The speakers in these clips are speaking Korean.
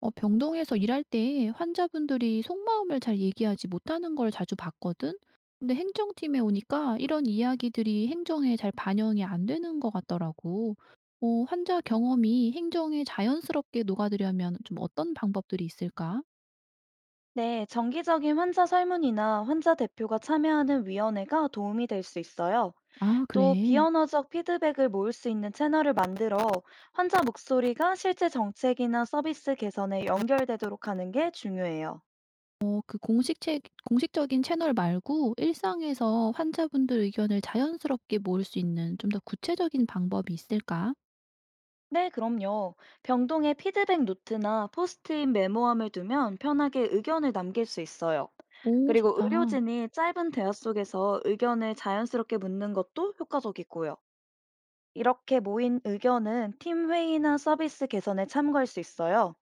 병동에서 일할 때 환자분들이 속마음을 잘 얘기하지 못하는 걸 자주 봤거든? 근데 행정팀에 오니까 이런 이야기들이 행정에 잘 반영이 안 되는 것 같더라고. 환자 경험이 행정에 자연스럽게 녹아들려면 좀 어떤 방법들이 있을까? 네, 정기적인 환자 설문이나 환자 대표가 참여하는 위원회가 도움이 될 수 있어요. 아, 또 그래. 비언어적 피드백을 모을 수 있는 채널을 만들어 환자 목소리가 실제 정책이나 서비스 개선에 연결되도록 하는 게 중요해요. 공식적인 채널 말고 일상에서 환자분들 의견을 자연스럽게 모을 수 있는 좀 더 구체적인 방법이 있을까? 네, 그럼요. 병동에 피드백 노트나 포스트잇 메모함을 두면 편하게 의견을 남길 수 있어요. 오, 그리고 좋다. 의료진이 짧은 대화 속에서 의견을 자연스럽게 묻는 것도 효과적이고요. 이렇게 모인 의견은 팀 회의나 서비스 개선에 참고할 수 있어요.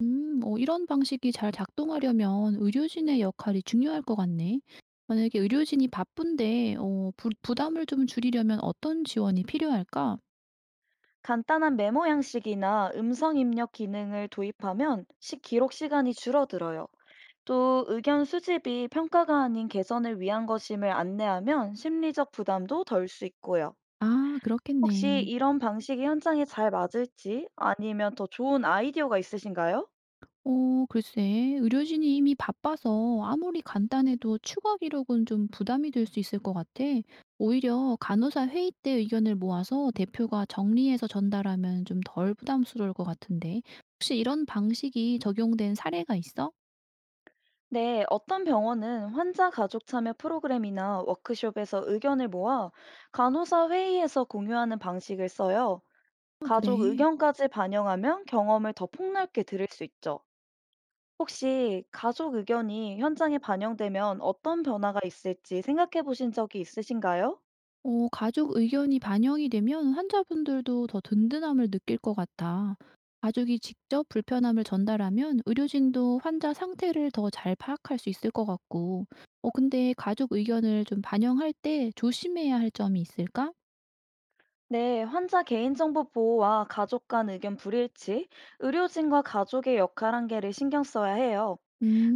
이런 방식이 잘 작동하려면 의료진의 역할이 중요할 것 같네. 만약에 의료진이 바쁜데, 부담을 좀 줄이려면 어떤 지원이 필요할까? 간단한 메모 양식이나 음성 입력 기능을 도입하면 시 기록 시간이 줄어들어요. 또 의견 수집이 평가가 아닌 개선을 위한 것임을 안내하면 심리적 부담도 덜 수 있고요. 아, 혹시 그렇겠네. 이런 방식이 현장에 잘 맞을지 아니면 더 좋은 아이디어가 있으신가요? 어, 글쎄, 의료진이 이미 바빠서 아무리 간단해도 추가 기록은 좀 부담이 될 수 있을 것 같아. 오히려 간호사 회의 때 의견을 모아서 대표가 정리해서 전달하면 좀 덜 부담스러울 것 같은데. 혹시 이런 방식이 적용된 사례가 있어? 네, 어떤 병원은 환자 가족 참여 프로그램이나 워크숍에서 의견을 모아 간호사 회의에서 공유하는 방식을 써요. 아, 가족 그래. 의견까지 반영하면 경험을 더 폭넓게 들을 수 있죠. 혹시 가족 의견이 현장에 반영되면 어떤 변화가 있을지 생각해 보신 적이 있으신가요? 가족 의견이 반영이 되면 환자분들도 더 든든함을 느낄 것 같아. 가족이 직접 불편함을 전달하면 의료진도 환자 상태를 더 잘 파악할 수 있을 것 같고. 근데 가족 의견을 좀 반영할 때 조심해야 할 점이 있을까? 네, 환자 개인정보 보호와 가족 간 의견 불일치, 의료진과 가족의 역할 한계를 신경 써야 해요.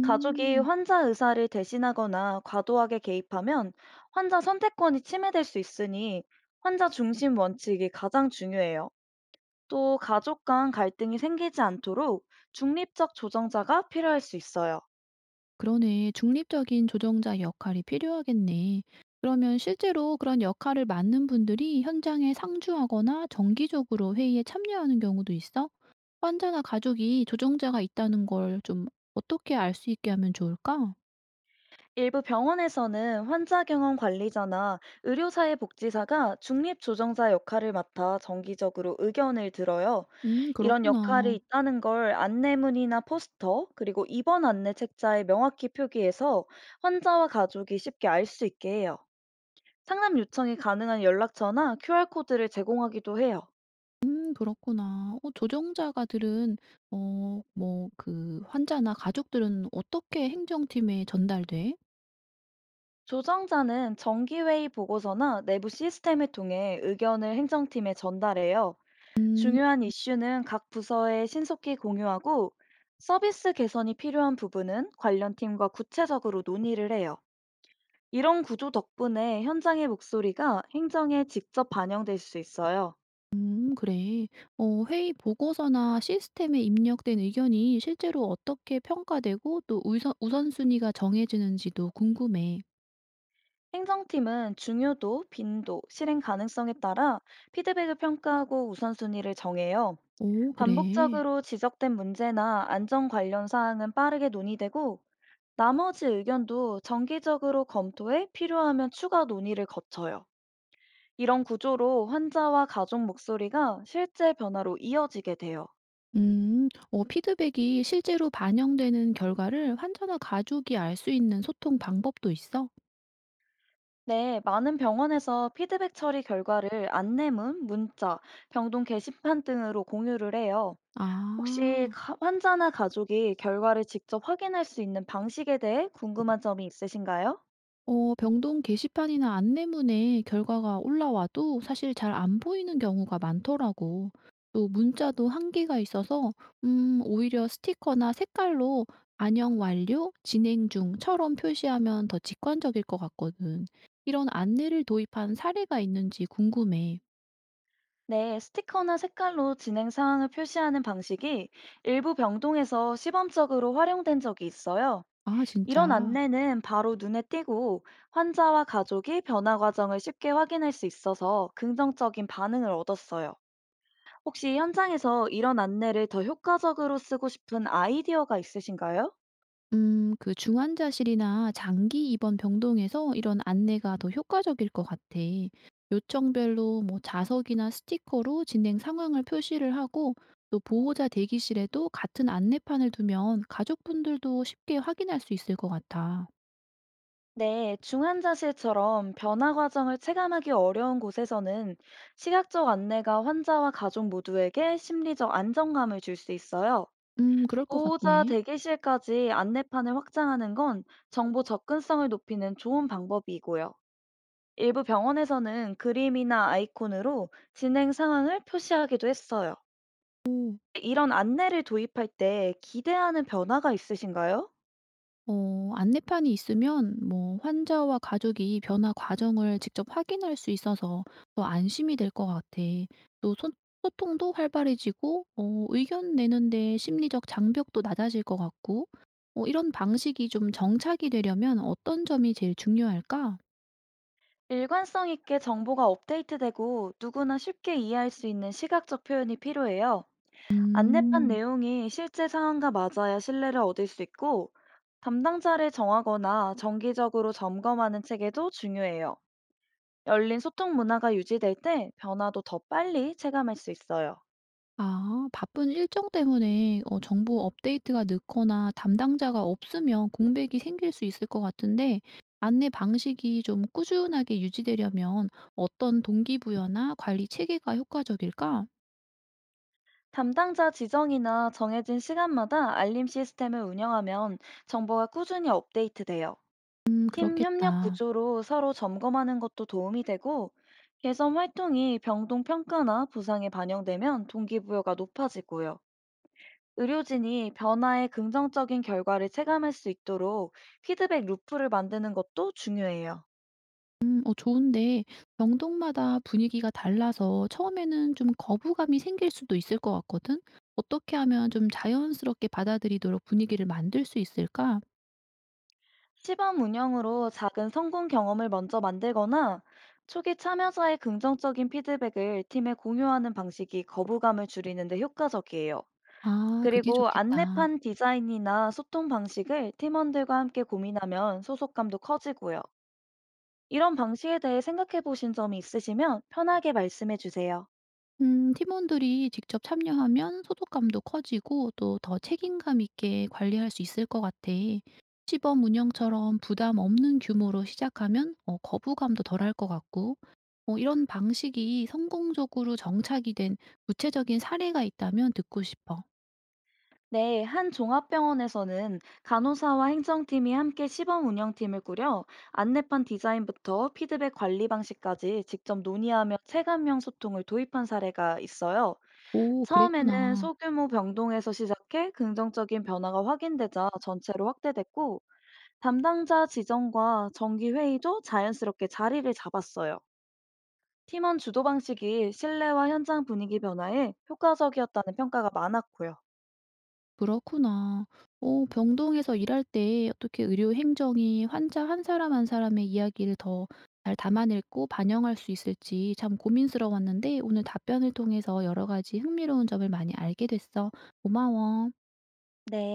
가족이 환자 의사를 대신하거나 과도하게 개입하면 환자 선택권이 침해될 수 있으니 환자 중심 원칙이 가장 중요해요. 또 가족 간 갈등이 생기지 않도록 중립적 조정자가 필요할 수 있어요. 그러네. 중립적인 조정자 역할이 필요하겠네. 그러면 실제로 그런 역할을 맡는 분들이 현장에 상주하거나 정기적으로 회의에 참여하는 경우도 있어? 환자나 가족이 조정자가 있다는 걸 좀 어떻게 알 수 있게 하면 좋을까? 일부 병원에서는 환자 경험 관리자나 의료사회복지사가 중립조정자 역할을 맡아 정기적으로 의견을 들어요. 음, 이런 역할이 그렇구나. 있다는 걸 안내문이나 포스터, 그리고 입원 안내 책자에 명확히 표기해서 환자와 가족이 쉽게 알 수 있게 해요. 상담 요청이 가능한 연락처나 QR코드를 제공하기도 해요. 음, 그렇구나. 어 조정자가 들은 어 뭐 그 환자나 가족들은 어떻게 행정팀에 전달돼? 조정자는 정기회의 보고서나 내부 시스템을 통해 의견을 행정팀에 전달해요. 음. 중요한 이슈는 각 부서에 신속히 공유하고 서비스 개선이 필요한 부분은 관련 팀과 구체적으로 논의를 해요. 이런 구조 덕분에 현장의 목소리가 행정에 직접 반영될 수 있어요. 음, 그래. 회의 보고서나 시스템에 입력된 의견이 실제로 어떻게 평가되고 또 우선순위가 정해지는지도 궁금해. 행정팀은 중요도, 빈도, 실행 가능성에 따라 피드백을 평가하고 우선순위를 정해요. 오, 그래. 반복적으로 지적된 문제나 안전 관련 사항은 빠르게 논의되고 나머지 의견도 정기적으로 검토해 필요하면 추가 논의를 거쳐요. 이런 구조로 환자와 가족 목소리가 실제 변화로 이어지게 돼요. 음. 피드백이 실제로 반영되는 결과를 환자나 가족이 알 수 있는 소통 방법도 있어? 네, 많은 병원에서 피드백 처리 결과를 안내문, 문자, 병동 게시판 등으로 공유를 해요. 혹시 아. 환자나 가족이 결과를 직접 확인할 수 있는 방식에 대해 궁금한 점이 있으신가요? 병동 게시판이나 안내문에 결과가 올라와도 사실 잘 안 보이는 경우가 많더라고. 또 문자도 한계가 있어서 음, 오히려 스티커나 색깔로 "반영 완료, 진행 중"처럼 표시하면 더 직관적일 것 같거든. 이런 안내를 도입한 사례가 있는지 궁금해. 네, 스티커나 색깔로 진행 상황을 표시하는 방식이 일부 병동에서 시범적으로 활용된 적이 있어요. 아, 이런 진짜? 안내는 바로 눈에 띄고 환자와 가족이 변화 과정을 쉽게 확인할 수 있어서 긍정적인 반응을 얻었어요. 혹시 현장에서 이런 안내를 더 효과적으로 쓰고 싶은 아이디어가 있으신가요? 그 중환자실이나 장기 입원 병동에서 이런 안내가 더 효과적일 것 같아. 요청별로 뭐 자석이나 스티커로 진행 상황을 표시를 하고 또 보호자 대기실에도 같은 안내판을 두면 가족분들도 쉽게 확인할 수 있을 것 같아. 네, 중환자실처럼 변화 과정을 체감하기 어려운 곳에서는 시각적 안내가 환자와 가족 모두에게 심리적 안정감을 줄 수 있어요. 그럴 것 보호자 같네. 대기실까지 안내판을 확장하는 건 정보 접근성을 높이는 좋은 방법이고요. 일부 병원에서는 그림이나 아이콘으로 진행 상황을 표시하기도 했어요. 이런 안내를 도입할 때 기대하는 변화가 있으신가요? 안내판이 있으면 뭐 환자와 가족이 변화 과정을 직접 확인할 수 있어서 더 안심이 될 것 같아. 또 소통도 활발해지고 의견 내는데 심리적 장벽도 낮아질 것 같고, 이런 방식이 좀 정착이 되려면 어떤 점이 제일 중요할까? 일관성 있게 정보가 업데이트되고 누구나 쉽게 이해할 수 있는 시각적 표현이 필요해요. 안내판 음. 내용이 실제 상황과 맞아야 신뢰를 얻을 수 있고 담당자를 정하거나 정기적으로 점검하는 체계도 중요해요. 열린 소통 문화가 유지될 때 변화도 더 빨리 체감할 수 있어요. 바쁜 일정 때문에 정보 업데이트가 늦거나 담당자가 없으면 공백이 생길 수 있을 것 같은데, 안내 방식이 좀 꾸준하게 유지되려면 어떤 동기부여나 관리 체계가 효과적일까? 담당자 지정이나 정해진 시간마다 알림 시스템을 운영하면 정보가 꾸준히 업데이트돼요. 음, 팀 협력 그렇겠다. 구조로 서로 점검하는 것도 도움이 되고, 개선 활동이 병동 평가나 부상에 반영되면 동기부여가 높아지고요. 의료진이 변화의 긍정적인 결과를 체감할 수 있도록 피드백 루프를 만드는 것도 중요해요. 좋은데, 병동마다 분위기가 달라서 처음에는 좀 거부감이 생길 수도 있을 것 같거든. 어떻게 하면 좀 자연스럽게 받아들이도록 분위기를 만들 수 있을까? 시범 운영으로 작은 성공 경험을 먼저 만들거나 초기 참여자의 긍정적인 피드백을 팀에 공유하는 방식이 거부감을 줄이는 데 효과적이에요. 아, 그게 그리고 좋겠다. 안내판 디자인이나 소통 방식을 팀원들과 함께 고민하면 소속감도 커지고요. 이런 방식에 대해 생각해 보신 점이 있으시면 편하게 말씀해 주세요. 팀원들이 직접 참여하면 소속감도 커지고 또 더 책임감 있게 관리할 수 있을 것 같아. 시범 운영처럼 부담 없는 규모로 시작하면 거부감도 덜할 것 같고, 이런 방식이 성공적으로 정착이 된 구체적인 사례가 있다면 듣고 싶어. 네, 한 종합병원에서는 간호사와 행정팀이 함께 시범 운영팀을 꾸려 안내판 디자인부터 피드백 관리 방식까지 직접 논의하며 체감형 소통을 도입한 사례가 있어요. 오, 처음에는 그랬구나. 소규모 병동에서 시작해 긍정적인 변화가 확인되자 전체로 확대됐고, 담당자 지정과 정기 회의도 자연스럽게 자리를 잡았어요. 팀원 주도 방식이 신뢰와 현장 분위기 변화에 효과적이었다는 평가가 많았고요. 그렇구나. 병동에서 일할 때 어떻게 의료 행정이 환자 한 사람 한 사람의 이야기를 더 잘 담아냈고 반영할 수 있을지 참 고민스러웠는데 오늘 답변을 통해서 여러 가지 흥미로운 점을 많이 알게 됐어. 고마워.